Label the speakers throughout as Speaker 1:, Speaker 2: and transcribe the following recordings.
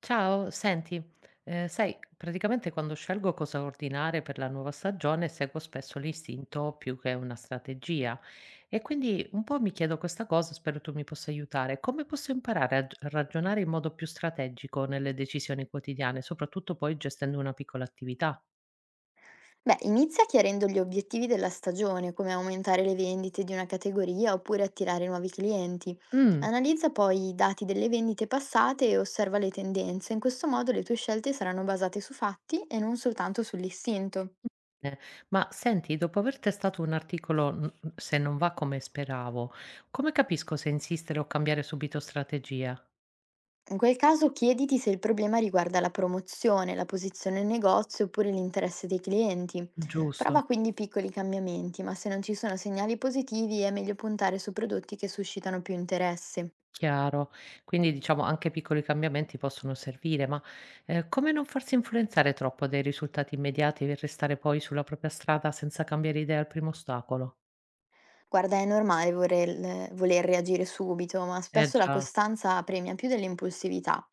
Speaker 1: Ciao, senti, sai, praticamente quando scelgo cosa ordinare per la nuova stagione seguo spesso l'istinto più che una strategia e quindi un po' mi chiedo questa cosa, spero tu mi possa aiutare. Come posso imparare a ragionare in modo più strategico nelle decisioni quotidiane, soprattutto poi gestendo una piccola attività?
Speaker 2: Beh, inizia chiarendo gli obiettivi della stagione, come aumentare le vendite di una categoria oppure attirare nuovi clienti.
Speaker 1: Mm.
Speaker 2: Analizza poi i dati delle vendite passate e osserva le tendenze. In questo modo le tue scelte saranno basate su fatti e non soltanto sull'istinto.
Speaker 1: Eh. Ma senti, dopo aver testato un articolo, se non va come speravo, come capisco se insistere o cambiare subito strategia?
Speaker 2: In quel caso chiediti se il problema riguarda la promozione, la posizione in negozio oppure l'interesse dei clienti.
Speaker 1: Giusto.
Speaker 2: Prova quindi piccoli cambiamenti, ma se non ci sono segnali positivi è meglio puntare su prodotti che suscitano più interesse.
Speaker 1: Chiaro. Quindi diciamo anche piccoli cambiamenti possono servire, ma come non farsi influenzare troppo dai risultati immediati e restare poi sulla propria strada senza cambiare idea al primo ostacolo?
Speaker 2: Guarda, è normale vorel voler reagire subito, ma
Speaker 1: Eh
Speaker 2: spesso la
Speaker 1: già,
Speaker 2: costanza premia più dell'impulsività.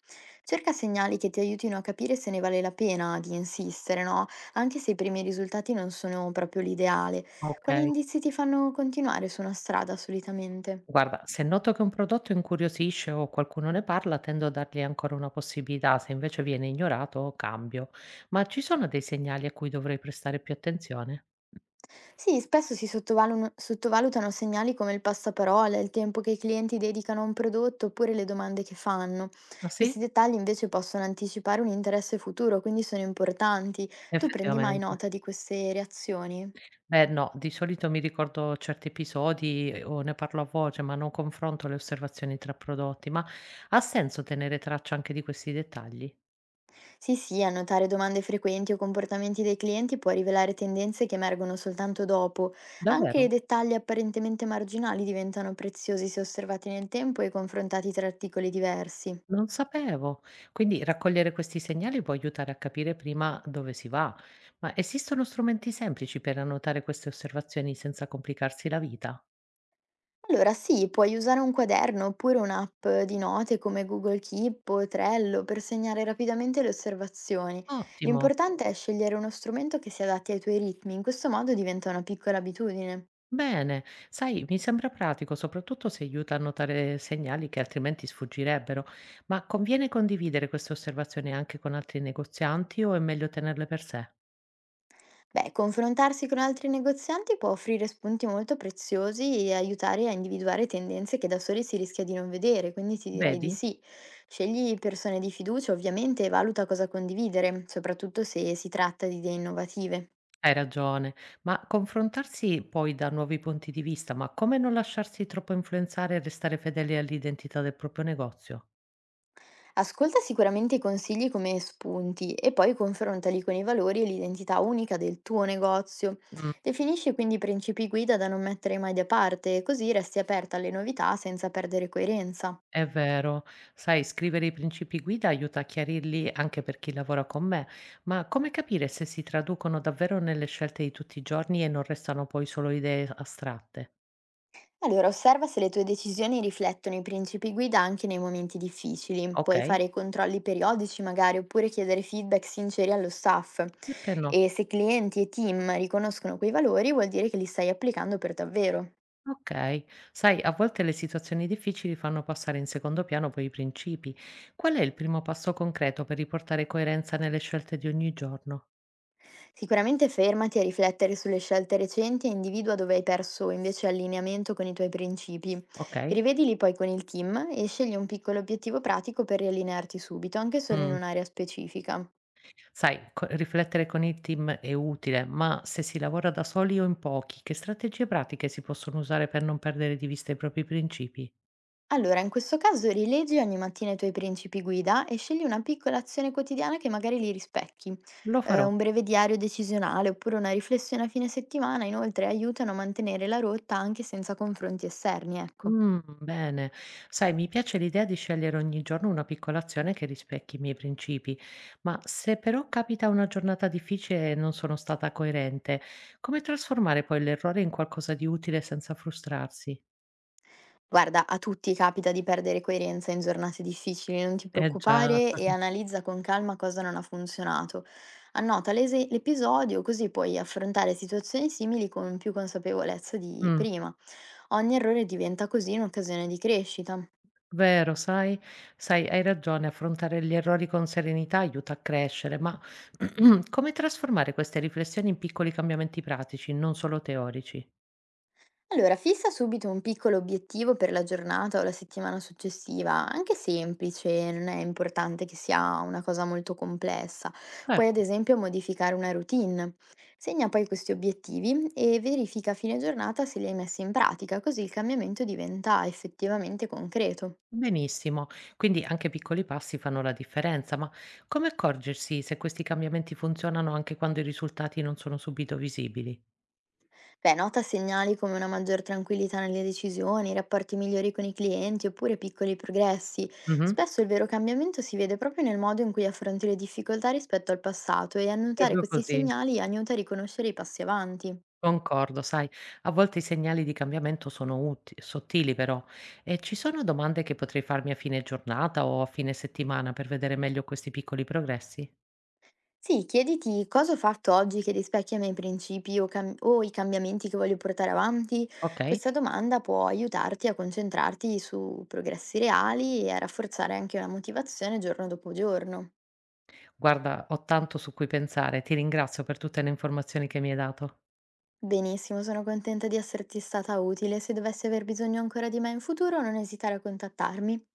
Speaker 2: Cerca segnali che ti aiutino a capire se ne vale la pena di insistere, no? Anche se i primi risultati non sono proprio l'ideale.
Speaker 1: ok.
Speaker 2: Quali indizi ti fanno continuare su una strada solitamente?
Speaker 1: Guarda, se noto che un prodotto incuriosisce o qualcuno ne parla, tendo a dargli ancora una possibilità, se invece viene ignorato, cambio. Ma ci sono dei segnali a cui dovrei prestare più attenzione?
Speaker 2: Sì, spesso si sottovalutano segnali come il passaparola, il tempo che i clienti dedicano a un prodotto oppure le domande che fanno.
Speaker 1: Ah
Speaker 2: Questi
Speaker 1: sì?
Speaker 2: dettagli invece possono anticipare un interesse futuro, quindi sono importanti. Tu prendi mai
Speaker 1: Effettivamente.
Speaker 2: nota di queste reazioni?
Speaker 1: Beh no, di solito mi ricordo certi episodi e o ne parlo a voce, ma non confronto le osservazioni tra prodotti. Ma ha senso tenere traccia anche di questi dettagli?
Speaker 2: Sì, sì, annotare domande frequenti o comportamenti dei clienti può rivelare tendenze che emergono soltanto dopo. Anche i
Speaker 1: Davvero?
Speaker 2: dettagli apparentemente marginali diventano preziosi se osservati nel tempo e confrontati tra articoli diversi.
Speaker 1: Non sapevo. Quindi raccogliere questi segnali può aiutare a capire prima dove si va. Ma esistono strumenti semplici per annotare queste osservazioni senza complicarsi la vita?
Speaker 2: Allora sì, puoi usare un quaderno oppure un'app di note come Google Keep o Trello per segnare rapidamente le osservazioni.
Speaker 1: Ottimo.
Speaker 2: L'importante è scegliere uno strumento che si adatti ai tuoi ritmi, in questo modo diventa una piccola abitudine.
Speaker 1: Bene, sai, mi sembra pratico, soprattutto se aiuta a notare segnali che altrimenti sfuggirebbero, ma conviene condividere queste osservazioni anche con altri negozianti o è meglio tenerle per sé?
Speaker 2: Beh, confrontarsi con altri negozianti può offrire spunti molto preziosi e aiutare a individuare tendenze che da soli si rischia di non vedere, quindi ti direi di
Speaker 1: Vedi?
Speaker 2: sì. Scegli persone di fiducia ovviamente e valuta cosa condividere, soprattutto se si tratta di idee innovative.
Speaker 1: Hai ragione, ma confrontarsi poi da nuovi punti di vista, ma come non lasciarsi troppo influenzare e restare fedeli all'identità del proprio negozio?
Speaker 2: Ascolta sicuramente i consigli come spunti e poi confrontali con i valori e l'identità unica del tuo negozio. Definisci quindi i principi guida da non mettere mai da parte, così resti aperta alle novità senza perdere coerenza.
Speaker 1: È vero. Sai, scrivere i principi guida aiuta a chiarirli anche per chi lavora con me, ma come capire se si traducono davvero nelle scelte di tutti i giorni e non restano poi solo idee astratte?
Speaker 2: Allora, osserva se le tue decisioni riflettono i principi guida anche nei momenti difficili. Puoi
Speaker 1: Ok?
Speaker 2: fare controlli periodici magari oppure chiedere feedback sinceri allo staff.
Speaker 1: Perché no?
Speaker 2: E se clienti e team riconoscono quei valori, vuol dire che li stai applicando per davvero.
Speaker 1: Ok. Sai, a volte le situazioni difficili fanno passare in secondo piano poi i principi. Qual è il primo passo concreto per riportare coerenza nelle scelte di ogni giorno?
Speaker 2: Sicuramente fermati a riflettere sulle scelte recenti e individua dove hai perso invece allineamento con i tuoi principi.
Speaker 1: Ok?
Speaker 2: Rivedili poi con il team e scegli un piccolo obiettivo pratico per riallinearti subito, anche solo in
Speaker 1: Mm.
Speaker 2: un'area specifica.
Speaker 1: Sai, co riflettere con il team è utile, ma se si lavora da soli o in pochi, che strategie pratiche si possono usare per non perdere di vista i propri principi?
Speaker 2: Allora, in questo caso rileggi ogni mattina i tuoi principi guida e scegli una piccola azione quotidiana che magari li rispecchi.
Speaker 1: Lo farò.
Speaker 2: Un breve diario decisionale oppure una riflessione a fine settimana, inoltre, aiutano a mantenere la rotta anche senza confronti esterni, ecco.
Speaker 1: Mm, bene. Sai, mi piace l'idea di scegliere ogni giorno una piccola azione che rispecchi i miei principi, ma se però capita una giornata difficile e non sono stata coerente, come trasformare poi l'errore in qualcosa di utile senza frustrarsi?
Speaker 2: Guarda, a tutti capita di perdere coerenza in giornate difficili, non ti
Speaker 1: Eh già.
Speaker 2: preoccupare e analizza con calma cosa non ha funzionato. Annota l'episodio così puoi affrontare situazioni simili con più consapevolezza di
Speaker 1: Mm.
Speaker 2: prima. Ogni errore diventa così un'occasione di crescita.
Speaker 1: Vero, sai, hai ragione, affrontare gli errori con serenità aiuta a crescere, ma come trasformare queste riflessioni in piccoli cambiamenti pratici, non solo teorici?
Speaker 2: Allora, fissa subito un piccolo obiettivo per la giornata o la settimana successiva, anche semplice, non è importante che sia una cosa molto complessa. Puoi ad
Speaker 1: Certo,
Speaker 2: esempio modificare una routine. Segna poi questi obiettivi e verifica a fine giornata se li hai messi in pratica, così il cambiamento diventa effettivamente concreto.
Speaker 1: benissimo. Quindi anche piccoli passi fanno la differenza, ma come accorgersi se questi cambiamenti funzionano anche quando i risultati non sono subito visibili?
Speaker 2: Beh, nota segnali come una maggior tranquillità nelle decisioni, rapporti migliori con i clienti oppure piccoli progressi.
Speaker 1: Mh-mh,
Speaker 2: Spesso il vero cambiamento si vede proprio nel modo in cui affronti le difficoltà rispetto al passato e annotare
Speaker 1: proprio
Speaker 2: questi
Speaker 1: così.
Speaker 2: segnali aiuta a riconoscere i passi avanti.
Speaker 1: Concordo, sai, a volte i segnali di cambiamento sono uti sottili però. E ci sono domande che potrei farmi a fine giornata o a fine settimana per vedere meglio questi piccoli progressi?
Speaker 2: Sì, chiediti cosa ho fatto oggi che rispecchia i miei principi o, o i cambiamenti che voglio portare avanti.
Speaker 1: Ok?
Speaker 2: Questa domanda può aiutarti a concentrarti su progressi reali e a rafforzare anche la motivazione giorno dopo giorno.
Speaker 1: Guarda, ho tanto su cui pensare. Ti ringrazio per tutte le informazioni che mi hai dato.
Speaker 2: Benissimo, sono contenta di esserti stata utile. Se dovessi aver bisogno ancora di me in futuro, non esitare a contattarmi.